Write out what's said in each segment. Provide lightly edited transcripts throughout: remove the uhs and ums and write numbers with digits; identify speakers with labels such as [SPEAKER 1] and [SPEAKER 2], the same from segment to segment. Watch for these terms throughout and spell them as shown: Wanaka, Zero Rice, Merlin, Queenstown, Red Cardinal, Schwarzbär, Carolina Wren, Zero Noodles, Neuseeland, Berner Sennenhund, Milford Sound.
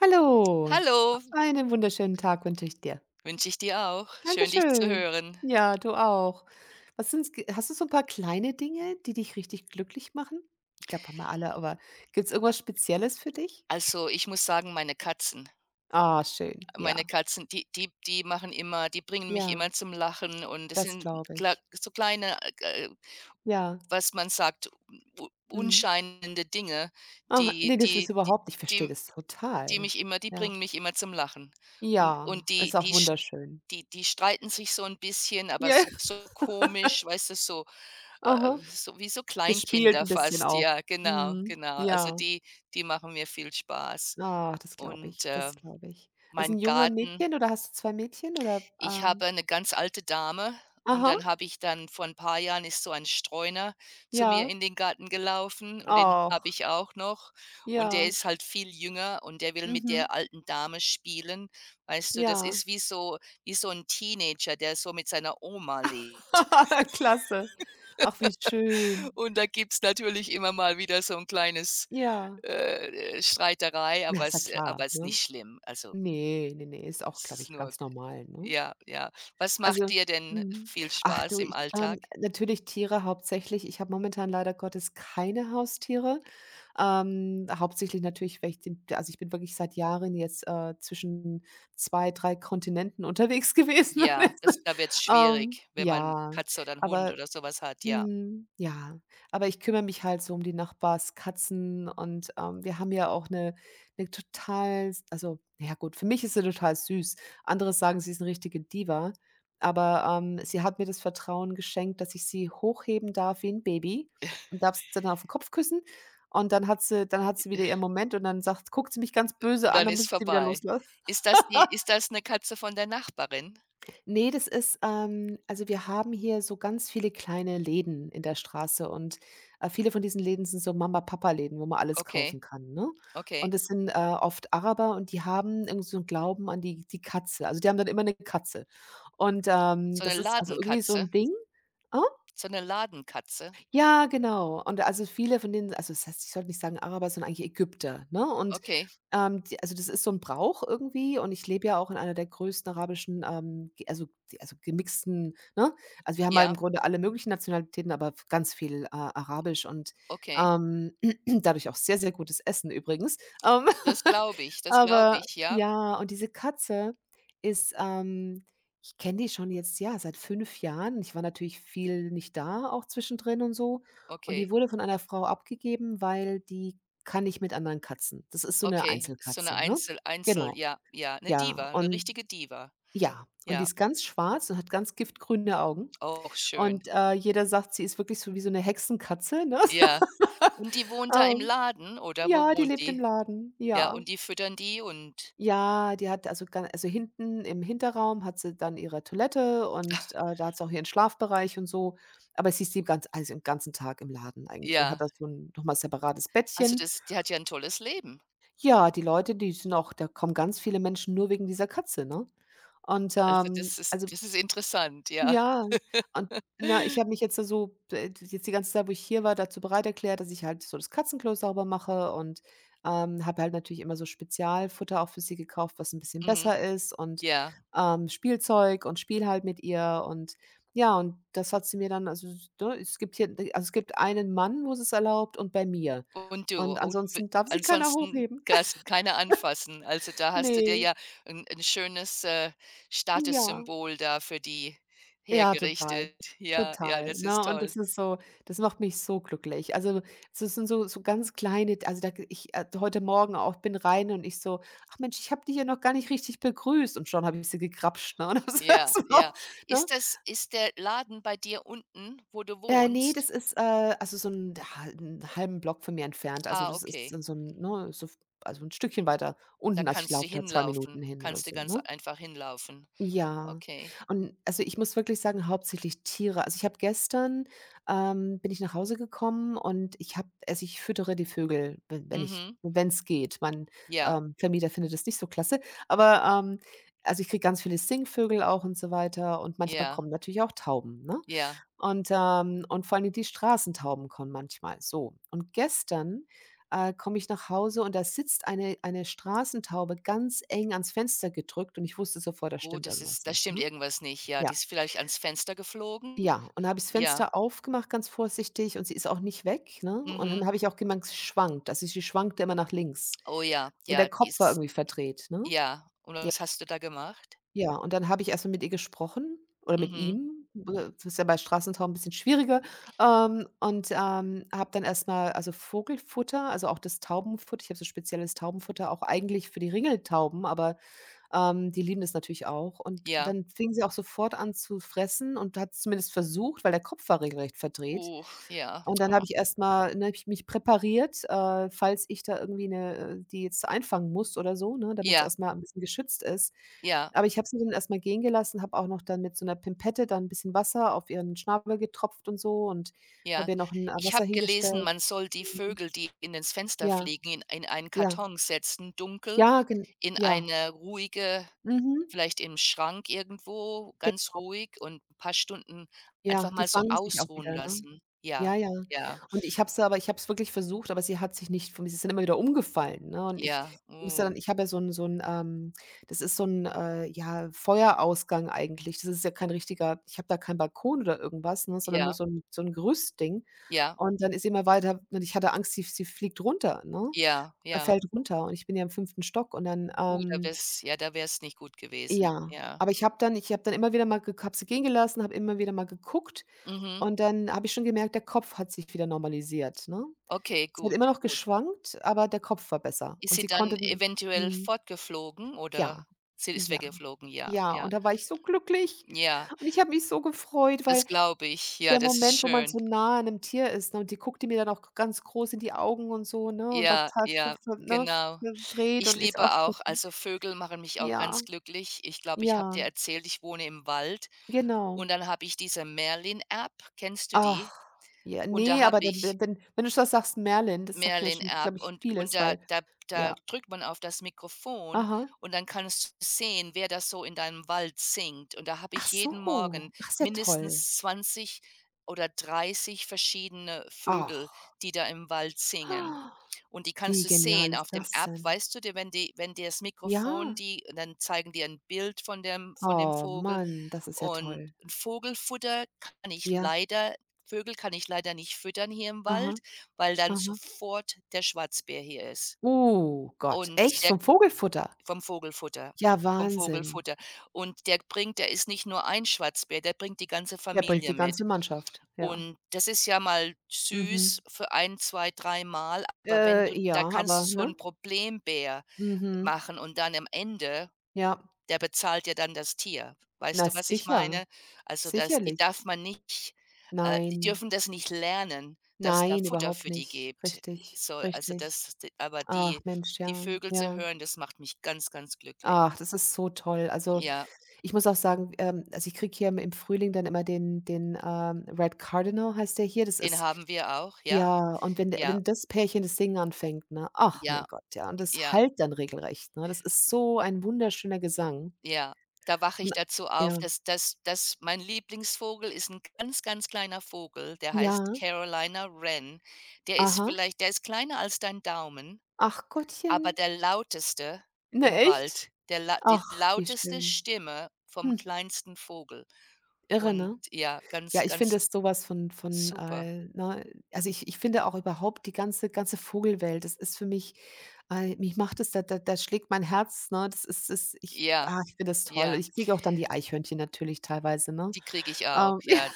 [SPEAKER 1] Hallo,
[SPEAKER 2] Hallo,
[SPEAKER 1] einen wunderschönen Tag wünsche ich dir.
[SPEAKER 2] wünsche ich dir auch. Schön, dich zu
[SPEAKER 1] Dankeschön.
[SPEAKER 2] hören.
[SPEAKER 1] Ja, du auch. Was sind's g hast du so ein paar kleine Dinge, die dich richtig glücklich machen? Ich glaube, haben wir alle, aber gibt es irgendwas Spezielles für dich?
[SPEAKER 2] Also, ich muss sagen,
[SPEAKER 1] Ah, schön,
[SPEAKER 2] meine
[SPEAKER 1] ja.
[SPEAKER 2] Katzen, die machen immer die bringen mich
[SPEAKER 1] Ja,
[SPEAKER 2] immer zum Lachen und es
[SPEAKER 1] das
[SPEAKER 2] sind
[SPEAKER 1] glaube
[SPEAKER 2] kla
[SPEAKER 1] ich.
[SPEAKER 2] so kleine,
[SPEAKER 1] Ja,
[SPEAKER 2] was man sagt, u
[SPEAKER 1] mhm.
[SPEAKER 2] unscheinende Dinge,
[SPEAKER 1] Ah,
[SPEAKER 2] die
[SPEAKER 1] ne, das ist
[SPEAKER 2] die die
[SPEAKER 1] überhaupt ich verstehe
[SPEAKER 2] die
[SPEAKER 1] das
[SPEAKER 2] die
[SPEAKER 1] total.
[SPEAKER 2] mich immer die
[SPEAKER 1] Ja.
[SPEAKER 2] bringen mich immer zum Lachen. Und
[SPEAKER 1] Ja,
[SPEAKER 2] und
[SPEAKER 1] ist auch wunderschön.
[SPEAKER 2] die die streiten sich so ein bisschen, aber
[SPEAKER 1] Ja.
[SPEAKER 2] so so komisch, weißt du, so Äh,
[SPEAKER 1] Aha.
[SPEAKER 2] so wie so
[SPEAKER 1] Gespielt
[SPEAKER 2] Kleinkinder
[SPEAKER 1] ein bisschen
[SPEAKER 2] fast,
[SPEAKER 1] auch.
[SPEAKER 2] ja, genau,
[SPEAKER 1] Mhm.
[SPEAKER 2] genau. Also,
[SPEAKER 1] Ja.
[SPEAKER 2] die die machen mir viel Spaß.
[SPEAKER 1] Ah, das glaube
[SPEAKER 2] Und,
[SPEAKER 1] ich, das glaube ich. Also
[SPEAKER 2] mein
[SPEAKER 1] 'n Junge und
[SPEAKER 2] Garten
[SPEAKER 1] Mädchen oder hast du zwei Mädchen
[SPEAKER 2] ich habe eine ganz alte Dame und
[SPEAKER 1] aha,
[SPEAKER 2] dann habe ich dann vor ein paar Jahren ist so ein Streuner zu mir
[SPEAKER 1] ja.
[SPEAKER 2] in den Garten gelaufen und den habe
[SPEAKER 1] Ach,
[SPEAKER 2] ich auch noch. Und der
[SPEAKER 1] ja,
[SPEAKER 2] ist halt viel jünger und der will mit
[SPEAKER 1] mhm,
[SPEAKER 2] der alten Dame spielen. Weißt du, das
[SPEAKER 1] ja.
[SPEAKER 2] ist wie so ein Teenager, der so mit seiner Oma lebt.
[SPEAKER 1] Klasse. Ach, wie schön.
[SPEAKER 2] Und da gibt's natürlich immer mal wieder so ein kleines,
[SPEAKER 1] Ja.
[SPEAKER 2] Streiterei,
[SPEAKER 1] Na, ist ja
[SPEAKER 2] aber
[SPEAKER 1] klar,
[SPEAKER 2] es ist
[SPEAKER 1] ne?
[SPEAKER 2] nicht schlimm. Also,
[SPEAKER 1] Ne, ne, ne, ist auch,
[SPEAKER 2] es
[SPEAKER 1] glaube
[SPEAKER 2] ist
[SPEAKER 1] ich,
[SPEAKER 2] nur
[SPEAKER 1] ganz normal, ne?
[SPEAKER 2] ja, ja. Was macht
[SPEAKER 1] Also,
[SPEAKER 2] dir denn
[SPEAKER 1] mhm.
[SPEAKER 2] viel
[SPEAKER 1] Ach
[SPEAKER 2] Spaß
[SPEAKER 1] du,
[SPEAKER 2] im
[SPEAKER 1] ich,
[SPEAKER 2] Alltag?
[SPEAKER 1] natürlich Tiere hauptsächlich. Ich habe momentan leider Gottes keine Haustiere. Hauptsächlich natürlich, weil ich den also, ich bin wirklich seit Jahren jetzt, zwischen 2, 3 Kontinenten unterwegs gewesen und
[SPEAKER 2] Ja,
[SPEAKER 1] jetzt
[SPEAKER 2] das da wird's schwierig, wenn man
[SPEAKER 1] ja,
[SPEAKER 2] Katze oder 'n Hund
[SPEAKER 1] aber
[SPEAKER 2] oder sowas hat, ja.
[SPEAKER 1] mhm, ja, aber ich kümmere mich halt so um die Nachbarskatzen und wir haben ja auch eine 'ne total s also, ja gut, für mich ist sie total süß. Andere sagen, sie ist eine richtige Diva, aber, sie hat mir das Vertrauen geschenkt, dass ich sie hochheben darf wie ein Baby und darf sie dann auf den Kopf küssen, und dann hat sie wieder ihren Moment und dann sagt guckt sie mich ganz böse
[SPEAKER 2] Und
[SPEAKER 1] an,
[SPEAKER 2] dann
[SPEAKER 1] dann muss
[SPEAKER 2] ist
[SPEAKER 1] ich sie wieder
[SPEAKER 2] vorbei.
[SPEAKER 1] losla
[SPEAKER 2] Ist das die ist das eine Katze von der Nachbarin?
[SPEAKER 1] Ne, das ist also wir haben hier so ganz viele kleine Läden in der Straße und viele von diesen Läden sind so Mama-Papa-Läden, wo man alles
[SPEAKER 2] Okay,
[SPEAKER 1] kaufen kann, ne?
[SPEAKER 2] okay.
[SPEAKER 1] Und das sind oft Araber und die haben irgendwie so einen Glauben an die die Katze. Also, die haben dann immer eine Katze. Und
[SPEAKER 2] So
[SPEAKER 1] das
[SPEAKER 2] eine
[SPEAKER 1] ist also irgendwie so ein
[SPEAKER 2] Ladenkatze?
[SPEAKER 1] Ding. Ah?
[SPEAKER 2] So eine Ladenkatze?
[SPEAKER 1] Ja, genau. Und also viele von denen also das heißt, ich sollte nicht sagen Araber, sondern eigentlich Ägypter, ne? Und,
[SPEAKER 2] Okay,
[SPEAKER 1] die also das ist so ein Brauch irgendwie und ich lebe ja auch in einer der größten arabischen, ge also die- also gemixten, ne? Also wir haben halt im
[SPEAKER 2] ja,
[SPEAKER 1] Grunde alle möglichen Nationalitäten, aber f ganz viel, arabisch und,
[SPEAKER 2] okay.
[SPEAKER 1] ähm, dadurch auch sehr, sehr gutes Essen übrigens. Ähm.
[SPEAKER 2] Das glaube
[SPEAKER 1] Aber
[SPEAKER 2] ich, ja,
[SPEAKER 1] ja, und ist, ähm ich kenne die schon jetzt, ja, seit 5 Jahren. Ich war natürlich viel nicht da, auch zwischendrin und so. Und die
[SPEAKER 2] okay.
[SPEAKER 1] wurde von einer Frau abgegeben, weil die kann nicht mit anderen Katzen. Das ist so eine
[SPEAKER 2] Okay, so 'ne
[SPEAKER 1] Einzelkatze, ne?
[SPEAKER 2] Einzel Einzel
[SPEAKER 1] Genau,
[SPEAKER 2] ja, ja, 'ne
[SPEAKER 1] ja.
[SPEAKER 2] Diva, 'ne
[SPEAKER 1] Und
[SPEAKER 2] richtige Diva.
[SPEAKER 1] ja, und die
[SPEAKER 2] Ja,
[SPEAKER 1] ist ganz schwarz und hat ganz giftgrüne Augen.
[SPEAKER 2] auch schön.
[SPEAKER 1] Und jeder sagt, sie ist wirklich so wie so eine Hexenkatze, ne?
[SPEAKER 2] Ja, und die wohnt da im
[SPEAKER 1] Ähm,
[SPEAKER 2] Laden oder wo
[SPEAKER 1] ja, die
[SPEAKER 2] wohnt
[SPEAKER 1] lebt im
[SPEAKER 2] die?
[SPEAKER 1] Laden,
[SPEAKER 2] Ja,
[SPEAKER 1] ja.
[SPEAKER 2] und die füttern die und
[SPEAKER 1] Ja, die hat also hinten im Hinterraum hat sie dann ihre Toilette und, äh, da hat sie auch ihren Schlafbereich und so. Aber sie ist die ganz also den ganzen Tag im Laden eigentlich und hat da
[SPEAKER 2] ja,
[SPEAKER 1] so 'n noch mal separates
[SPEAKER 2] also
[SPEAKER 1] Bettchen.
[SPEAKER 2] das die hat ja 'n tolles Leben.
[SPEAKER 1] Ja, die Leute, die sind auch da, kommen ganz viele Menschen nur wegen dieser Katze, ne? Und,
[SPEAKER 2] Also
[SPEAKER 1] also
[SPEAKER 2] das ist interessant, ja.
[SPEAKER 1] ja, und na, ich habe mich jetzt da so d jetzt die ganze Zeit, wo ich hier war, dazu bereit erklärt, dass ich halt so das Katzenklo sauber mache und habe halt natürlich immer so Spezialfutter auch für sie gekauft, was ein bisschen
[SPEAKER 2] Mhm,
[SPEAKER 1] besser ist und,
[SPEAKER 2] ja.
[SPEAKER 1] ähm, Spielzeug und Spiel halt mit ihr und ja, und das hat sie mir dann also, s ne, es gibt einen Mann, wo es ist erlaubt und bei mir.
[SPEAKER 2] Und du,
[SPEAKER 1] Und
[SPEAKER 2] oh, du bi
[SPEAKER 1] ansonsten darf sie keiner
[SPEAKER 2] ansonsten
[SPEAKER 1] hochheben.
[SPEAKER 2] darfst du keine anfassen. Also da hast du dir
[SPEAKER 1] Ne,
[SPEAKER 2] ja 'n 'n schönes,
[SPEAKER 1] ja.
[SPEAKER 2] Statussymbol da für die
[SPEAKER 1] Ja, total.
[SPEAKER 2] hergerichtet. Ja, ja,
[SPEAKER 1] Total,
[SPEAKER 2] das
[SPEAKER 1] ne?
[SPEAKER 2] ist
[SPEAKER 1] Und
[SPEAKER 2] toll.
[SPEAKER 1] das macht mich so glücklich. Also, so sind so ganz kleine, also, da ich heute Morgen auch bin rein und ich so: „Ach Mensch, ich habe die hier noch gar nicht richtig begrüßt“ und schon habe ich sie gekrapscht, ne? Und das ist
[SPEAKER 2] Ja,
[SPEAKER 1] so,
[SPEAKER 2] ja.
[SPEAKER 1] ne?
[SPEAKER 2] Ist das ist der Laden bei dir unten, wo du
[SPEAKER 1] Ne,
[SPEAKER 2] wohnst?
[SPEAKER 1] das ist also, so 'n halben Block von mir entfernt. Also,
[SPEAKER 2] Ah,
[SPEAKER 1] das ist
[SPEAKER 2] okay.
[SPEAKER 1] dann so 'n ne, so also, ein Stückchen weiter
[SPEAKER 2] Da
[SPEAKER 1] unten. Also, ich
[SPEAKER 2] kannst du
[SPEAKER 1] laufe da 2 Minuten
[SPEAKER 2] hinlaufen.
[SPEAKER 1] hin oder
[SPEAKER 2] Kannst du
[SPEAKER 1] so,
[SPEAKER 2] ganz
[SPEAKER 1] ne?
[SPEAKER 2] einfach hinlaufen.
[SPEAKER 1] Ja.
[SPEAKER 2] Okay.
[SPEAKER 1] Und also, ich muss wirklich sagen, hauptsächlich Tiere. Also, ich habe gestern bin ich nach Hause gekommen und ich habe also, ich füttere die Vögel, we wenn ich
[SPEAKER 2] Mhm.
[SPEAKER 1] wenn es geht. Mein
[SPEAKER 2] Ja,
[SPEAKER 1] Vermieter findet das nicht so klasse, aber, also, ich kriege ganz viele Singvögel auch und so weiter und manchmal
[SPEAKER 2] ja,
[SPEAKER 1] kommen natürlich auch Tauben, ne?
[SPEAKER 2] ja.
[SPEAKER 1] Und vor allem die Straßentauben kommen manchmal, so. Und gestern komme ich nach Hause und da sitzt eine Straßentaube ganz eng ans Fenster gedrückt und ich wusste sofort, da
[SPEAKER 2] Oh,
[SPEAKER 1] stimmt
[SPEAKER 2] das
[SPEAKER 1] irgendwas
[SPEAKER 2] ist da
[SPEAKER 1] nicht,
[SPEAKER 2] stimmt
[SPEAKER 1] ne?
[SPEAKER 2] irgendwas nicht. Ja, die
[SPEAKER 1] Ja,
[SPEAKER 2] ist vielleicht ans Fenster geflogen?
[SPEAKER 1] ja. Und habe ich das
[SPEAKER 2] Ja.
[SPEAKER 1] Fenster aufgemacht ganz vorsichtig und sie ist auch nicht weg, ne? Und dann
[SPEAKER 2] Mhm.
[SPEAKER 1] habe ich auch gemerkt, sie schwankt. Also, sie schwankte immer nach links
[SPEAKER 2] Oh ja,
[SPEAKER 1] und der
[SPEAKER 2] ja, die
[SPEAKER 1] Kopf war
[SPEAKER 2] ist
[SPEAKER 1] irgendwie verdreht, ne?
[SPEAKER 2] ja. Und was hast du da gemacht?
[SPEAKER 1] Ja, und dann habe ich erst mal mit ihr gesprochen oder mit
[SPEAKER 2] Mhm.
[SPEAKER 1] ihm. Das ist ja bei Straßenraum 'n bisschen schwieriger. Und habe dann erst mal also, Vogelfutter, also, auch das Taubenfutter, ich habe so spezielles Taubenfutter, auch eigentlich für die Ringeltauben, aber die lieben das natürlich auch. Und
[SPEAKER 2] Ja.
[SPEAKER 1] dann fing sie auch sofort an zu fressen und hat's zumindest versucht, weil der Kopf war regelrecht verdreht.
[SPEAKER 2] Oh, ja.
[SPEAKER 1] Und dann habe
[SPEAKER 2] Oh.
[SPEAKER 1] ich erst mal ne, habe ich mich präpariert falls ich da irgendwie die jetzt einfangen muss oder so, ne, damit's
[SPEAKER 2] Ja,
[SPEAKER 1] erst mal 'n bisschen geschützt ist.
[SPEAKER 2] ja.
[SPEAKER 1] Aber ich habe sie dann erst mal gehen gelassen, habe auch noch dann mit so 'ner Pimpette dann 'n bisschen Wasser auf ihren Schnabel getropft und so und habe
[SPEAKER 2] Ja,
[SPEAKER 1] ihr noch 'n
[SPEAKER 2] ich
[SPEAKER 1] Wasser
[SPEAKER 2] habe gelesen,
[SPEAKER 1] hingestellt.
[SPEAKER 2] man soll die
[SPEAKER 1] Mhm.
[SPEAKER 2] Vögel, die in ins Fenster
[SPEAKER 1] Ja,
[SPEAKER 2] fliegen, in einen
[SPEAKER 1] ja.
[SPEAKER 2] Karton setzen, dunkel,
[SPEAKER 1] Ja, gen
[SPEAKER 2] in
[SPEAKER 1] ja.
[SPEAKER 2] eine ruhige
[SPEAKER 1] Mhm.
[SPEAKER 2] vielleicht im Schrank irgendwo,
[SPEAKER 1] Ge
[SPEAKER 2] ganz ruhig und ein paar Stunden
[SPEAKER 1] ja,
[SPEAKER 2] einfach
[SPEAKER 1] die
[SPEAKER 2] mal so
[SPEAKER 1] fangen sich auch
[SPEAKER 2] ausruhen
[SPEAKER 1] wieder, ne?
[SPEAKER 2] lassen.
[SPEAKER 1] Ja,
[SPEAKER 2] Ja,
[SPEAKER 1] ja.
[SPEAKER 2] ja,
[SPEAKER 1] Und ich habe es aber ich habe es wirklich versucht, aber sie hat sich nicht von mir, sie ist dann immer wieder umgefallen, ne? Und ich
[SPEAKER 2] ja,
[SPEAKER 1] musste dann
[SPEAKER 2] mhm,
[SPEAKER 1] ich habe ja so 'n, das ist so 'n ja, Feuerausgang eigentlich. Das ist ja kein richtiger, ich habe da keinen Balkon oder irgendwas, ne, sondern nur
[SPEAKER 2] ja,
[SPEAKER 1] so 'n Gerüstding.
[SPEAKER 2] ja,
[SPEAKER 1] Und dann ist sie immer weiter und ich hatte Angst, sie fliegt runter, ne?
[SPEAKER 2] ja, ja.
[SPEAKER 1] Fällt runter und ich bin ja im fünften Stock und dann,
[SPEAKER 2] Da
[SPEAKER 1] ähm
[SPEAKER 2] wär's ja, da wär's nicht gut gewesen.
[SPEAKER 1] ja.
[SPEAKER 2] Ja.
[SPEAKER 1] Aber ich habe dann immer wieder mal gek habe sie gehen gelassen, habe immer wieder mal geguckt
[SPEAKER 2] Mhm.
[SPEAKER 1] und dann habe ich schon gemerkt, der Kopf hat sich wieder normalisiert, ne?
[SPEAKER 2] Okay,
[SPEAKER 1] Sie hat immer
[SPEAKER 2] gut,
[SPEAKER 1] noch
[SPEAKER 2] gut.
[SPEAKER 1] geschwankt, aber der Kopf war besser
[SPEAKER 2] Ist
[SPEAKER 1] und
[SPEAKER 2] sie
[SPEAKER 1] sie
[SPEAKER 2] dann
[SPEAKER 1] konnte dann
[SPEAKER 2] eventuell fortgeflogen
[SPEAKER 1] ja,
[SPEAKER 2] oder sie ist
[SPEAKER 1] ja,
[SPEAKER 2] weggeflogen? Ja,
[SPEAKER 1] ja,
[SPEAKER 2] ja,
[SPEAKER 1] und da war ich so glücklich
[SPEAKER 2] ja.
[SPEAKER 1] und ich habe mich so gefreut, weil
[SPEAKER 2] Das glaube ich. Ja,
[SPEAKER 1] der
[SPEAKER 2] das ist
[SPEAKER 1] Moment, wo man
[SPEAKER 2] schön.
[SPEAKER 1] so nah an 'nem Tier ist, ne, und die guckte mir dann auch ganz groß in die Augen und so, ne, und war
[SPEAKER 2] Ja,
[SPEAKER 1] total
[SPEAKER 2] ja, genau.
[SPEAKER 1] verdreht,
[SPEAKER 2] Ich
[SPEAKER 1] und ist
[SPEAKER 2] liebe
[SPEAKER 1] ach Gott,
[SPEAKER 2] auch also, Vögel machen mich auch
[SPEAKER 1] ja,
[SPEAKER 2] ganz glücklich. Ich glaube, ich habe dir
[SPEAKER 1] ja,
[SPEAKER 2] erzählt, ich wohne im Wald
[SPEAKER 1] genau.
[SPEAKER 2] und dann habe ich diese Merlin-App. Kennst du
[SPEAKER 1] Ach,
[SPEAKER 2] die?
[SPEAKER 1] ja,
[SPEAKER 2] Und da
[SPEAKER 1] ne,
[SPEAKER 2] habe
[SPEAKER 1] aber dann
[SPEAKER 2] ich
[SPEAKER 1] wenn du schon sagst, Merlin, das sagt mir
[SPEAKER 2] Merlin
[SPEAKER 1] schon, glaube
[SPEAKER 2] App
[SPEAKER 1] ich,
[SPEAKER 2] und
[SPEAKER 1] vieles,
[SPEAKER 2] da
[SPEAKER 1] weil
[SPEAKER 2] da da
[SPEAKER 1] ja.
[SPEAKER 2] drückt man auf das Mikrofon
[SPEAKER 1] Aha.
[SPEAKER 2] und dann kannst du sehen, wer das so in deinem Wald singt. Und da habe
[SPEAKER 1] Ach
[SPEAKER 2] ich jeden
[SPEAKER 1] so.
[SPEAKER 2] Morgen
[SPEAKER 1] Ach, ist ja toll.
[SPEAKER 2] mindestens 20 oder 30 verschiedene Vögel,
[SPEAKER 1] Ach,
[SPEAKER 2] die da im Wald singen. Und die
[SPEAKER 1] wie
[SPEAKER 2] kannst du
[SPEAKER 1] genial
[SPEAKER 2] sehen
[SPEAKER 1] ist
[SPEAKER 2] auf dem
[SPEAKER 1] das
[SPEAKER 2] App,
[SPEAKER 1] denn?
[SPEAKER 2] weißt du, die wenn dir das
[SPEAKER 1] Ja?
[SPEAKER 2] Mikrofon die dann zeigen die ein Bild von dem
[SPEAKER 1] Oh
[SPEAKER 2] Vogel
[SPEAKER 1] Mann, das ist ja
[SPEAKER 2] und
[SPEAKER 1] toll.
[SPEAKER 2] Vogelfutter kann ich
[SPEAKER 1] Ja.
[SPEAKER 2] leider Vögel kann ich leider nicht füttern hier im
[SPEAKER 1] Aha,
[SPEAKER 2] Wald, weil dann
[SPEAKER 1] aha.
[SPEAKER 2] sofort der Schwarzbär hier ist
[SPEAKER 1] Oh Gott,
[SPEAKER 2] und
[SPEAKER 1] echt
[SPEAKER 2] der
[SPEAKER 1] vom Vogelfutter?
[SPEAKER 2] vom Vogelfutter
[SPEAKER 1] Ja,
[SPEAKER 2] vom
[SPEAKER 1] Wahnsinn.
[SPEAKER 2] Vogelfutter. Und der bringt der ist nicht nur ein Schwarzbär, der bringt die ganze
[SPEAKER 1] Der bringt
[SPEAKER 2] Familie
[SPEAKER 1] die ganze
[SPEAKER 2] mit.
[SPEAKER 1] Mannschaft, ja.
[SPEAKER 2] Und das ist ja mal
[SPEAKER 1] Mhm.
[SPEAKER 2] süß für ein, 2, 3 Mal, aber wenn du
[SPEAKER 1] Ja,
[SPEAKER 2] da kannst du
[SPEAKER 1] aber
[SPEAKER 2] so
[SPEAKER 1] ne?
[SPEAKER 2] 'n Problembär
[SPEAKER 1] Mhm.
[SPEAKER 2] machen und dann am Ende
[SPEAKER 1] Ja.
[SPEAKER 2] der bezahlt ja dann das Tier. Weißt
[SPEAKER 1] Na
[SPEAKER 2] du, was ich
[SPEAKER 1] sicher,
[SPEAKER 2] meine? Also, das die
[SPEAKER 1] sicherlich.
[SPEAKER 2] darf man nicht die
[SPEAKER 1] Nein,
[SPEAKER 2] dürfen das nicht lernen, dass da
[SPEAKER 1] nein,
[SPEAKER 2] Futter
[SPEAKER 1] überhaupt
[SPEAKER 2] für die
[SPEAKER 1] nicht.
[SPEAKER 2] gibt.
[SPEAKER 1] Richtig,
[SPEAKER 2] So, also,
[SPEAKER 1] richtig.
[SPEAKER 2] das d aber
[SPEAKER 1] Ach
[SPEAKER 2] die
[SPEAKER 1] Mensch,
[SPEAKER 2] die
[SPEAKER 1] ja,
[SPEAKER 2] Vögel zu
[SPEAKER 1] ja.
[SPEAKER 2] hören, das macht mich ganz, ganz glücklich.
[SPEAKER 1] Ach, das ist so toll. Also,
[SPEAKER 2] Ja,
[SPEAKER 1] ich muss auch sagen also, ich kriege hier im Frühling dann immer den, Red Cardinal heißt der hier. Das
[SPEAKER 2] den
[SPEAKER 1] ist
[SPEAKER 2] haben wir auch. Ja,
[SPEAKER 1] ja, und
[SPEAKER 2] ja,
[SPEAKER 1] wenn das Pärchen das Singen anfängt, ne? Ach mein
[SPEAKER 2] ja,
[SPEAKER 1] Gott, ja, und das
[SPEAKER 2] ja,
[SPEAKER 1] halt dann regelrecht, ne? Das ist so ein wunderschöner Gesang.
[SPEAKER 2] ja. Da wache ich
[SPEAKER 1] Und
[SPEAKER 2] dazu auf,
[SPEAKER 1] ja.
[SPEAKER 2] dass dass mein Lieblingsvogel ist 'n ganz, ganz kleiner Vogel, der heißt
[SPEAKER 1] Ja.
[SPEAKER 2] Carolina Wren. Der ist
[SPEAKER 1] Aha.
[SPEAKER 2] vielleicht der ist kleiner als dein Daumen.
[SPEAKER 1] Ach
[SPEAKER 2] Aber
[SPEAKER 1] Gottchen.
[SPEAKER 2] der lauteste
[SPEAKER 1] Ne,
[SPEAKER 2] im
[SPEAKER 1] echt?
[SPEAKER 2] Wald, der la die
[SPEAKER 1] Ach, wie
[SPEAKER 2] lauteste
[SPEAKER 1] schön.
[SPEAKER 2] Stimme vom
[SPEAKER 1] Hm,
[SPEAKER 2] kleinsten Vogel.
[SPEAKER 1] irre,
[SPEAKER 2] Und
[SPEAKER 1] ne?
[SPEAKER 2] ja,
[SPEAKER 1] Ja,
[SPEAKER 2] ganz,
[SPEAKER 1] ich finde es
[SPEAKER 2] ganz
[SPEAKER 1] sowas von von,
[SPEAKER 2] super.
[SPEAKER 1] äh, ne also, ich finde auch überhaupt die ganze ganze Vogelwelt, das ist für mich mich macht es da schlägt mein Herz, ne? Das ist ist ich
[SPEAKER 2] Ja,
[SPEAKER 1] ah, ich finde das toll.
[SPEAKER 2] ja,
[SPEAKER 1] Ich kriege auch dann die Eichhörnchen natürlich teilweise, ne?
[SPEAKER 2] die kriege ich auch,
[SPEAKER 1] Ähm,
[SPEAKER 2] ja,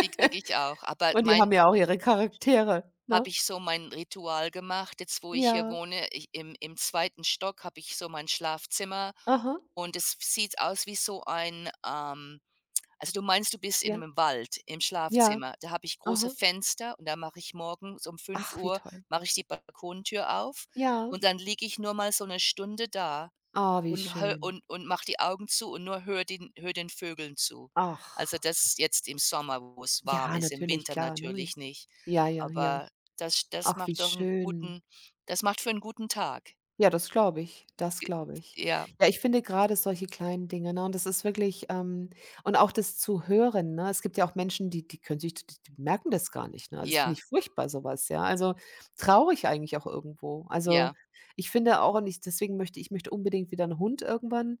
[SPEAKER 2] die kriege ich auch. Aber
[SPEAKER 1] und die
[SPEAKER 2] mein
[SPEAKER 1] haben ja auch ihre Charaktere, ne?
[SPEAKER 2] habe ich so mein Ritual gemacht, jetzt wo ich hier
[SPEAKER 1] Ja,
[SPEAKER 2] wohne, ich im im zweiten Stock habe ich so mein Schlafzimmer
[SPEAKER 1] aha,
[SPEAKER 2] und es sieht aus wie so ein, Also, du meinst, du bist in
[SPEAKER 1] ja,
[SPEAKER 2] einem Wald im
[SPEAKER 1] ja,
[SPEAKER 2] Schlafzimmer. Da habe ich große
[SPEAKER 1] aha.
[SPEAKER 2] Fenster und da mache ich morgens um fünf
[SPEAKER 1] Ach, wie
[SPEAKER 2] Uhr
[SPEAKER 1] toll.
[SPEAKER 2] mache ich die Balkontür auf
[SPEAKER 1] Ja.
[SPEAKER 2] und dann liege ich nur mal so eine Stunde da
[SPEAKER 1] Ah, wie schön.
[SPEAKER 2] und mache die Augen zu und nur höre den Vögeln zu. Also,
[SPEAKER 1] Ach,
[SPEAKER 2] das jetzt im Sommer, wo es warm
[SPEAKER 1] ja,
[SPEAKER 2] ist, im
[SPEAKER 1] natürlich,
[SPEAKER 2] Winter
[SPEAKER 1] klar, ne?
[SPEAKER 2] natürlich
[SPEAKER 1] Ist
[SPEAKER 2] nicht.
[SPEAKER 1] ja, ja, ja.
[SPEAKER 2] Aber das
[SPEAKER 1] Ach, wie
[SPEAKER 2] macht doch einen
[SPEAKER 1] schön.
[SPEAKER 2] guten das macht für einen guten Tag.
[SPEAKER 1] Ja, das glaube ich, das
[SPEAKER 2] G
[SPEAKER 1] glaube ich.
[SPEAKER 2] ja,
[SPEAKER 1] Ja, ich finde gerade solche kleinen Dinge, ne, und das ist wirklich und auch das zu hören, ne? Es gibt ja auch Menschen, die die können sich d die merken das gar nicht, ne? Also, das finde
[SPEAKER 2] ja,
[SPEAKER 1] ich furchtbar, sowas, ja. Also, traurig eigentlich auch irgendwo. Also,
[SPEAKER 2] ja,
[SPEAKER 1] ich finde auch und ich deswegen möchte ich möchte unbedingt wieder einen Hund irgendwann.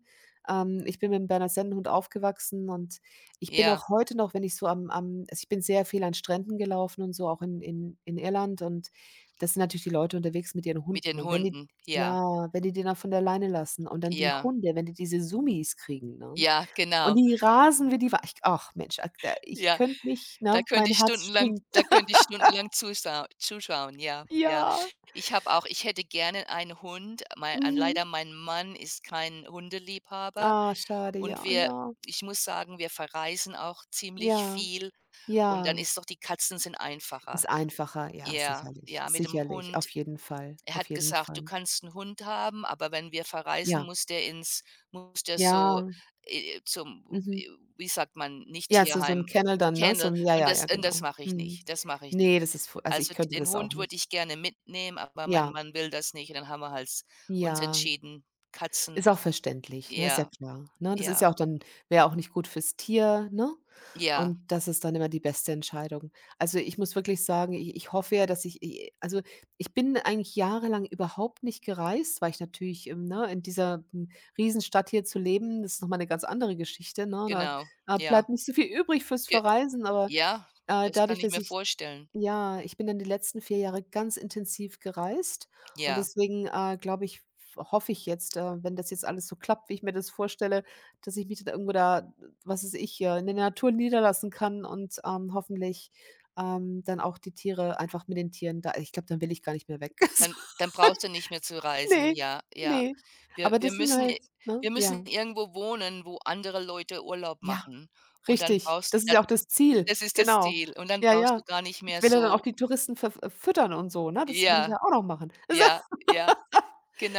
[SPEAKER 1] Ich bin mit 'm Berner Sennenhund aufgewachsen und ich bin
[SPEAKER 2] ja,
[SPEAKER 1] auch heute noch, wenn ich so am also, ich bin sehr viel an Stränden gelaufen und so, auch in Irland und das sind natürlich die Leute unterwegs mit ihren
[SPEAKER 2] mit
[SPEAKER 1] Hunden
[SPEAKER 2] den
[SPEAKER 1] und wenn die
[SPEAKER 2] Hunden. Ja,
[SPEAKER 1] ja, wenn die den dann von der Leine lassen und dann die
[SPEAKER 2] ja,
[SPEAKER 1] Hunde, wenn die diese Summis kriegen, ne?
[SPEAKER 2] ja,
[SPEAKER 1] Und
[SPEAKER 2] genau.
[SPEAKER 1] die rasen wie die Wa ich ach Mensch, ak da ich
[SPEAKER 2] Ja.
[SPEAKER 1] könnte mich
[SPEAKER 2] Da
[SPEAKER 1] ne,
[SPEAKER 2] könnte
[SPEAKER 1] mein
[SPEAKER 2] ich
[SPEAKER 1] Herz
[SPEAKER 2] stundenlang
[SPEAKER 1] springt.
[SPEAKER 2] da könnte ich stundenlang zusau zuschauen, ja, ja.
[SPEAKER 1] Ja,
[SPEAKER 2] Ich habe auch ich hätte gerne einen Hund. Mei an
[SPEAKER 1] mhm.
[SPEAKER 2] leider mein Mann ist kein Hundeliebhaber
[SPEAKER 1] Ah, schade,
[SPEAKER 2] und
[SPEAKER 1] ja,
[SPEAKER 2] wir
[SPEAKER 1] ja,
[SPEAKER 2] ich muss sagen, wir verreisen auch ziemlich
[SPEAKER 1] ja,
[SPEAKER 2] viel
[SPEAKER 1] ja.
[SPEAKER 2] und dann ist doch die Katzen sind einfacher.
[SPEAKER 1] Ist einfacher, ja,
[SPEAKER 2] Ja,
[SPEAKER 1] sicherlich,
[SPEAKER 2] ja, mit dem
[SPEAKER 1] sicherlich,
[SPEAKER 2] Hund
[SPEAKER 1] auf jeden Fall,
[SPEAKER 2] er
[SPEAKER 1] auf
[SPEAKER 2] hat
[SPEAKER 1] jeden
[SPEAKER 2] gesagt: „Du
[SPEAKER 1] Fall.
[SPEAKER 2] kannst einen Hund haben, aber wenn wir verreisen,
[SPEAKER 1] Ja,
[SPEAKER 2] muss der ins muss der so,
[SPEAKER 1] ja,
[SPEAKER 2] zum
[SPEAKER 1] mhm.
[SPEAKER 2] wie sagt man, nicht
[SPEAKER 1] Ja, so so 'n
[SPEAKER 2] Tierheim,
[SPEAKER 1] Kennel dann, ne? So
[SPEAKER 2] Kennel.“
[SPEAKER 1] 'n ja, ja, ja,
[SPEAKER 2] Und das
[SPEAKER 1] genau.
[SPEAKER 2] mache ich
[SPEAKER 1] Mhm.
[SPEAKER 2] nicht. Das mache ich nicht.
[SPEAKER 1] Ne, das ist fu also, ich
[SPEAKER 2] Also,
[SPEAKER 1] könnte
[SPEAKER 2] den
[SPEAKER 1] das auch
[SPEAKER 2] Hund würde
[SPEAKER 1] nicht.
[SPEAKER 2] ich gerne mitnehmen, aber mein
[SPEAKER 1] Ja,
[SPEAKER 2] Mann will das nicht. Und dann haben wir halt uns
[SPEAKER 1] ja.
[SPEAKER 2] entschieden, Katzen.
[SPEAKER 1] Ist auch verständlich, ne, ist ja
[SPEAKER 2] Ja,
[SPEAKER 1] klar, ne? Das ist
[SPEAKER 2] ja,
[SPEAKER 1] ja auch dann wäre auch nicht gut fürs Tier, ne?
[SPEAKER 2] ja,
[SPEAKER 1] Und das ist dann immer die beste Entscheidung. Also, ich muss wirklich sagen, ich hoffe ja, dass ich i also, ich bin eigentlich jahrelang überhaupt nicht gereist, weil ich natürlich, ne, in dieser, Riesenstadt hier zu leben, das ist noch mal 'ne ganz andere Geschichte, ne?
[SPEAKER 2] genau.
[SPEAKER 1] Da,
[SPEAKER 2] Ja,
[SPEAKER 1] bleibt nicht so viel übrig fürs
[SPEAKER 2] ge
[SPEAKER 1] Verreisen, aber,
[SPEAKER 2] ja, das
[SPEAKER 1] dadurch,
[SPEAKER 2] kann ich
[SPEAKER 1] dass
[SPEAKER 2] mir
[SPEAKER 1] ich
[SPEAKER 2] vorstellen.
[SPEAKER 1] ja, ich bin dann die letzten 4 Jahre ganz intensiv gereist und
[SPEAKER 2] Ja.
[SPEAKER 1] deswegen, glaube ich hoffe ich jetzt, wenn das jetzt alles so klappt, wie ich mir das vorstelle, dass ich mich dann irgendwo da, was weiß ich, in der Natur niederlassen kann und, hoffentlich, dann auch die Tiere einfach mit den Tieren da ich glaube, dann will ich gar nicht mehr weg.
[SPEAKER 2] Dann dann brauchst du nicht mehr zu reisen,
[SPEAKER 1] Ne,
[SPEAKER 2] ja, ja.
[SPEAKER 1] ne.
[SPEAKER 2] Wir
[SPEAKER 1] Aber
[SPEAKER 2] wir
[SPEAKER 1] das sind
[SPEAKER 2] müssen
[SPEAKER 1] halt
[SPEAKER 2] i
[SPEAKER 1] ne,
[SPEAKER 2] wir
[SPEAKER 1] ja.
[SPEAKER 2] müssen irgendwo wohnen, wo andere Leute Urlaub
[SPEAKER 1] Ja.
[SPEAKER 2] machen und dann
[SPEAKER 1] Richtig,
[SPEAKER 2] brauchst
[SPEAKER 1] das ist
[SPEAKER 2] da
[SPEAKER 1] ja auch das
[SPEAKER 2] das
[SPEAKER 1] Ziel,
[SPEAKER 2] ist das
[SPEAKER 1] genau.
[SPEAKER 2] Ziel und dann
[SPEAKER 1] Ja,
[SPEAKER 2] brauchst du
[SPEAKER 1] ja.
[SPEAKER 2] gar nicht
[SPEAKER 1] Ich
[SPEAKER 2] mehr
[SPEAKER 1] will ja dann auch
[SPEAKER 2] so
[SPEAKER 1] die Touristen verf füttern und so, ne? Das will ich
[SPEAKER 2] ja,
[SPEAKER 1] ja auch noch machen.
[SPEAKER 2] ja, ja,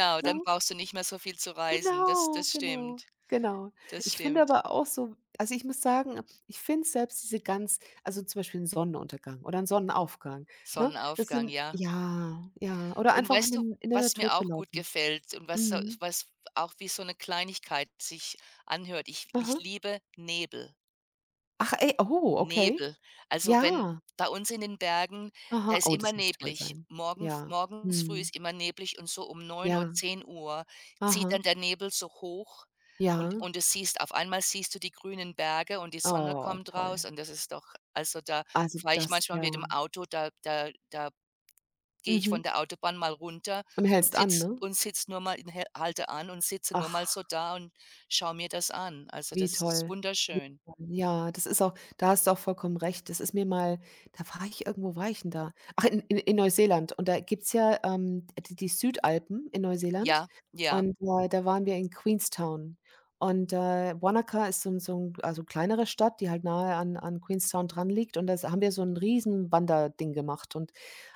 [SPEAKER 1] So,
[SPEAKER 2] dann
[SPEAKER 1] ne?
[SPEAKER 2] brauchst du nicht mehr so viel zu reisen. Das
[SPEAKER 1] Genau,
[SPEAKER 2] das
[SPEAKER 1] genau,
[SPEAKER 2] stimmt,
[SPEAKER 1] genau.
[SPEAKER 2] das
[SPEAKER 1] Ich finde
[SPEAKER 2] stimmt.
[SPEAKER 1] aber auch so also, ich muss sagen, ich finde selbst diese ganz also, zum Beispiel 'n Sonnenuntergang oder 'n Sonnenaufgang, ne? Das
[SPEAKER 2] Sonnenaufgang,
[SPEAKER 1] sind
[SPEAKER 2] ja.
[SPEAKER 1] ja, ja. Oder
[SPEAKER 2] Und
[SPEAKER 1] einfach in
[SPEAKER 2] weißt du,
[SPEAKER 1] den in der
[SPEAKER 2] was
[SPEAKER 1] Natur
[SPEAKER 2] mir
[SPEAKER 1] zu
[SPEAKER 2] auch gut
[SPEAKER 1] laufen.
[SPEAKER 2] gefällt und was so
[SPEAKER 1] Mhm.
[SPEAKER 2] was auch wie so 'ne Kleinigkeit sich anhört? Ich
[SPEAKER 1] Aha.
[SPEAKER 2] liebe Nebel.
[SPEAKER 1] Ach, ey, oh, okay.
[SPEAKER 2] Nebel. Also, wenn
[SPEAKER 1] Ja.
[SPEAKER 2] bei uns in den Bergen, da
[SPEAKER 1] Aha.
[SPEAKER 2] ist
[SPEAKER 1] Oh,
[SPEAKER 2] immer
[SPEAKER 1] das muss toll
[SPEAKER 2] neblig.
[SPEAKER 1] sein. Ja.
[SPEAKER 2] Morgens früh
[SPEAKER 1] Mhm.
[SPEAKER 2] ist immer neblig und so um neun Uhr,
[SPEAKER 1] Ja.
[SPEAKER 2] zehn Uhr zieht
[SPEAKER 1] Aha.
[SPEAKER 2] dann der Nebel so hoch
[SPEAKER 1] Ja.
[SPEAKER 2] und es siehst auf einmal siehst du die grünen Berge und die Sonne
[SPEAKER 1] Oh,
[SPEAKER 2] kommt
[SPEAKER 1] toll.
[SPEAKER 2] raus und das ist doch also, da
[SPEAKER 1] Also
[SPEAKER 2] fahre ich
[SPEAKER 1] das
[SPEAKER 2] manchmal
[SPEAKER 1] ja.
[SPEAKER 2] mit dem Auto, da da da gehe ich
[SPEAKER 1] Mhm.
[SPEAKER 2] von der Autobahn mal runter
[SPEAKER 1] Und hältst an, ne?
[SPEAKER 2] und sitz nur mal in hä halte an und sitze nur mal so
[SPEAKER 1] Ach.
[SPEAKER 2] da und schaue mir das an. Also,
[SPEAKER 1] Wie
[SPEAKER 2] das ist
[SPEAKER 1] toll. Wie
[SPEAKER 2] wunderschön.
[SPEAKER 1] toll. Ja, das ist auch da hast du auch vollkommen recht. Das ist mir mal da war ich irgendwo war ich 'n da? Ach, in Neuseeland und da gibt's ja, die die Südalpen in Neuseeland
[SPEAKER 2] Ja, ja.
[SPEAKER 1] und, da waren wir in Queenstown und, Wanaka ist so 'n also, kleinere Stadt, die halt nahe an Queenstown dran liegt und das haben wir so 'n riesen Wanderding gemacht und,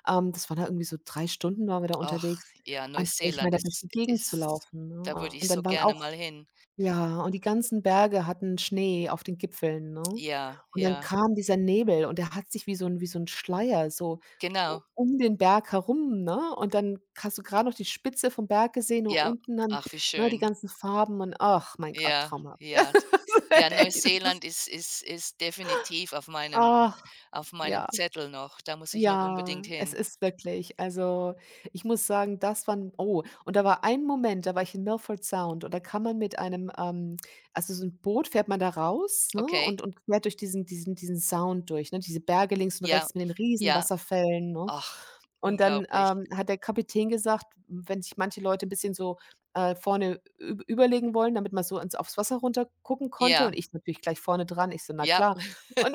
[SPEAKER 1] das waren da irgendwie so 3 Stunden waren wir da
[SPEAKER 2] Ach
[SPEAKER 1] unterwegs.
[SPEAKER 2] ja,
[SPEAKER 1] Und ich
[SPEAKER 2] Neuseeland
[SPEAKER 1] meine, da durch
[SPEAKER 2] ist
[SPEAKER 1] die Gegend zu
[SPEAKER 2] ist
[SPEAKER 1] laufen,
[SPEAKER 2] da
[SPEAKER 1] ne?
[SPEAKER 2] würde ich
[SPEAKER 1] Und
[SPEAKER 2] so
[SPEAKER 1] dann waren
[SPEAKER 2] gerne
[SPEAKER 1] auch
[SPEAKER 2] mal hin.
[SPEAKER 1] ja, und die ganzen Berge hatten Schnee auf den Gipfeln, ne?
[SPEAKER 2] Ja,
[SPEAKER 1] Und
[SPEAKER 2] ja,
[SPEAKER 1] dann kam dieser Nebel und der hat sich wie so 'n Schleier so u
[SPEAKER 2] genau.
[SPEAKER 1] um den Berg herum, ne? Und dann hast du grad noch die Spitze vom Berg gesehen und
[SPEAKER 2] Ja,
[SPEAKER 1] unten dann,
[SPEAKER 2] ach, wie
[SPEAKER 1] ne, die
[SPEAKER 2] schön.
[SPEAKER 1] ganzen Farben und ach mein Gott,
[SPEAKER 2] Ja,
[SPEAKER 1] traumhaft.
[SPEAKER 2] ja.
[SPEAKER 1] Also
[SPEAKER 2] Ja,
[SPEAKER 1] echt, das ist
[SPEAKER 2] Neuseeland ist ist ist definitiv
[SPEAKER 1] ach,
[SPEAKER 2] auf meinem
[SPEAKER 1] ja.
[SPEAKER 2] Zettel noch. Da muss ich noch
[SPEAKER 1] Ja,
[SPEAKER 2] unbedingt
[SPEAKER 1] es
[SPEAKER 2] hin.
[SPEAKER 1] ist wirklich also, ich muss sagen, das war 'n oh, und da war ein Moment, da war ich in Milford Sound und da kann man mit einem, also so 'n Boot fährt man da raus, ne,
[SPEAKER 2] Okay.
[SPEAKER 1] und quer durch diesen Sound durch, ne, diese Berge links und
[SPEAKER 2] Ja,
[SPEAKER 1] rechts mit den riesen
[SPEAKER 2] ja.
[SPEAKER 1] Wasserfällen, ne?
[SPEAKER 2] Ach,
[SPEAKER 1] Und dann,
[SPEAKER 2] unglaublich.
[SPEAKER 1] hat der Kapitän gesagt, wenn sich manche Leute 'n bisschen so, vorne üb überlegen wollen, damit man so ins aufs Wasser runter gucken konnte
[SPEAKER 2] Ja,
[SPEAKER 1] und ich natürlich gleich vorne dran. Ich so: „Na
[SPEAKER 2] ja.
[SPEAKER 1] klar.“ Und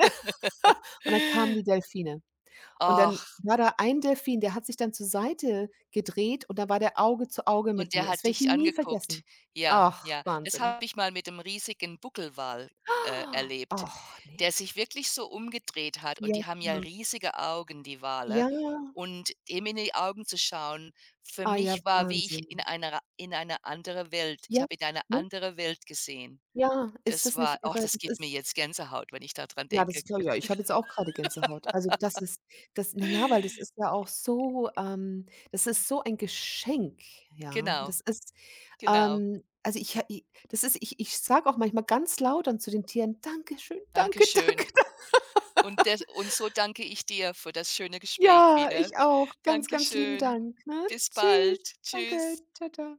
[SPEAKER 1] und dann kamen die Delfine. Und dann
[SPEAKER 2] Ach.
[SPEAKER 1] war da ein Delfin, der hat sich dann zur Seite gedreht und da war der Auge zu Auge
[SPEAKER 2] Und
[SPEAKER 1] mit
[SPEAKER 2] der
[SPEAKER 1] mir. Das
[SPEAKER 2] hat
[SPEAKER 1] werde ich
[SPEAKER 2] dich
[SPEAKER 1] nie
[SPEAKER 2] angeguckt.
[SPEAKER 1] vergessen.
[SPEAKER 2] Ja,
[SPEAKER 1] Ach,
[SPEAKER 2] ja. Das
[SPEAKER 1] Wahnsinn.
[SPEAKER 2] habe ich mal mit dem riesigen Buckelwal, erlebt,
[SPEAKER 1] Ach, ne.
[SPEAKER 2] der sich wirklich so umgedreht hat
[SPEAKER 1] Ja,
[SPEAKER 2] und die haben ja riesige Augen, die Wale.
[SPEAKER 1] ja.
[SPEAKER 2] Und dem in die Augen zu schauen, für
[SPEAKER 1] Ah ja,
[SPEAKER 2] mich war, wie ich in
[SPEAKER 1] Wahnsinn.
[SPEAKER 2] einer in eine andere Welt
[SPEAKER 1] Ja,
[SPEAKER 2] ich habe in eine
[SPEAKER 1] ne?
[SPEAKER 2] andere Welt gesehen.
[SPEAKER 1] Ja, ist
[SPEAKER 2] Das
[SPEAKER 1] das
[SPEAKER 2] war
[SPEAKER 1] nicht
[SPEAKER 2] oh,
[SPEAKER 1] irre?
[SPEAKER 2] das
[SPEAKER 1] Das
[SPEAKER 2] gibt mir
[SPEAKER 1] ist
[SPEAKER 2] jetzt Gänsehaut, wenn ich daran
[SPEAKER 1] Ja,
[SPEAKER 2] denke.
[SPEAKER 1] das klar, ja. Ich habe jetzt auch grade Gänsehaut. Also, das ist das na ja, weil das ist ja auch so das ist so ein Geschenk, ja.
[SPEAKER 2] Genau,
[SPEAKER 1] Das ist,
[SPEAKER 2] genau.
[SPEAKER 1] also, ich ha i das ist ich ich sage auch manchmal ganz laut dann zu den Tieren: „Danke schön, danke, danke,
[SPEAKER 2] Dankeschön.
[SPEAKER 1] danke.
[SPEAKER 2] Und das und so danke ich dir für das schöne Gespräch
[SPEAKER 1] Ja,
[SPEAKER 2] wieder.
[SPEAKER 1] ich auch. Ganz, ganz lieben
[SPEAKER 2] Dankeschön.
[SPEAKER 1] Dank, ne?
[SPEAKER 2] Bis bald.
[SPEAKER 1] Tschüss. Danke.
[SPEAKER 2] Tschüss.
[SPEAKER 1] Tschau, tschau.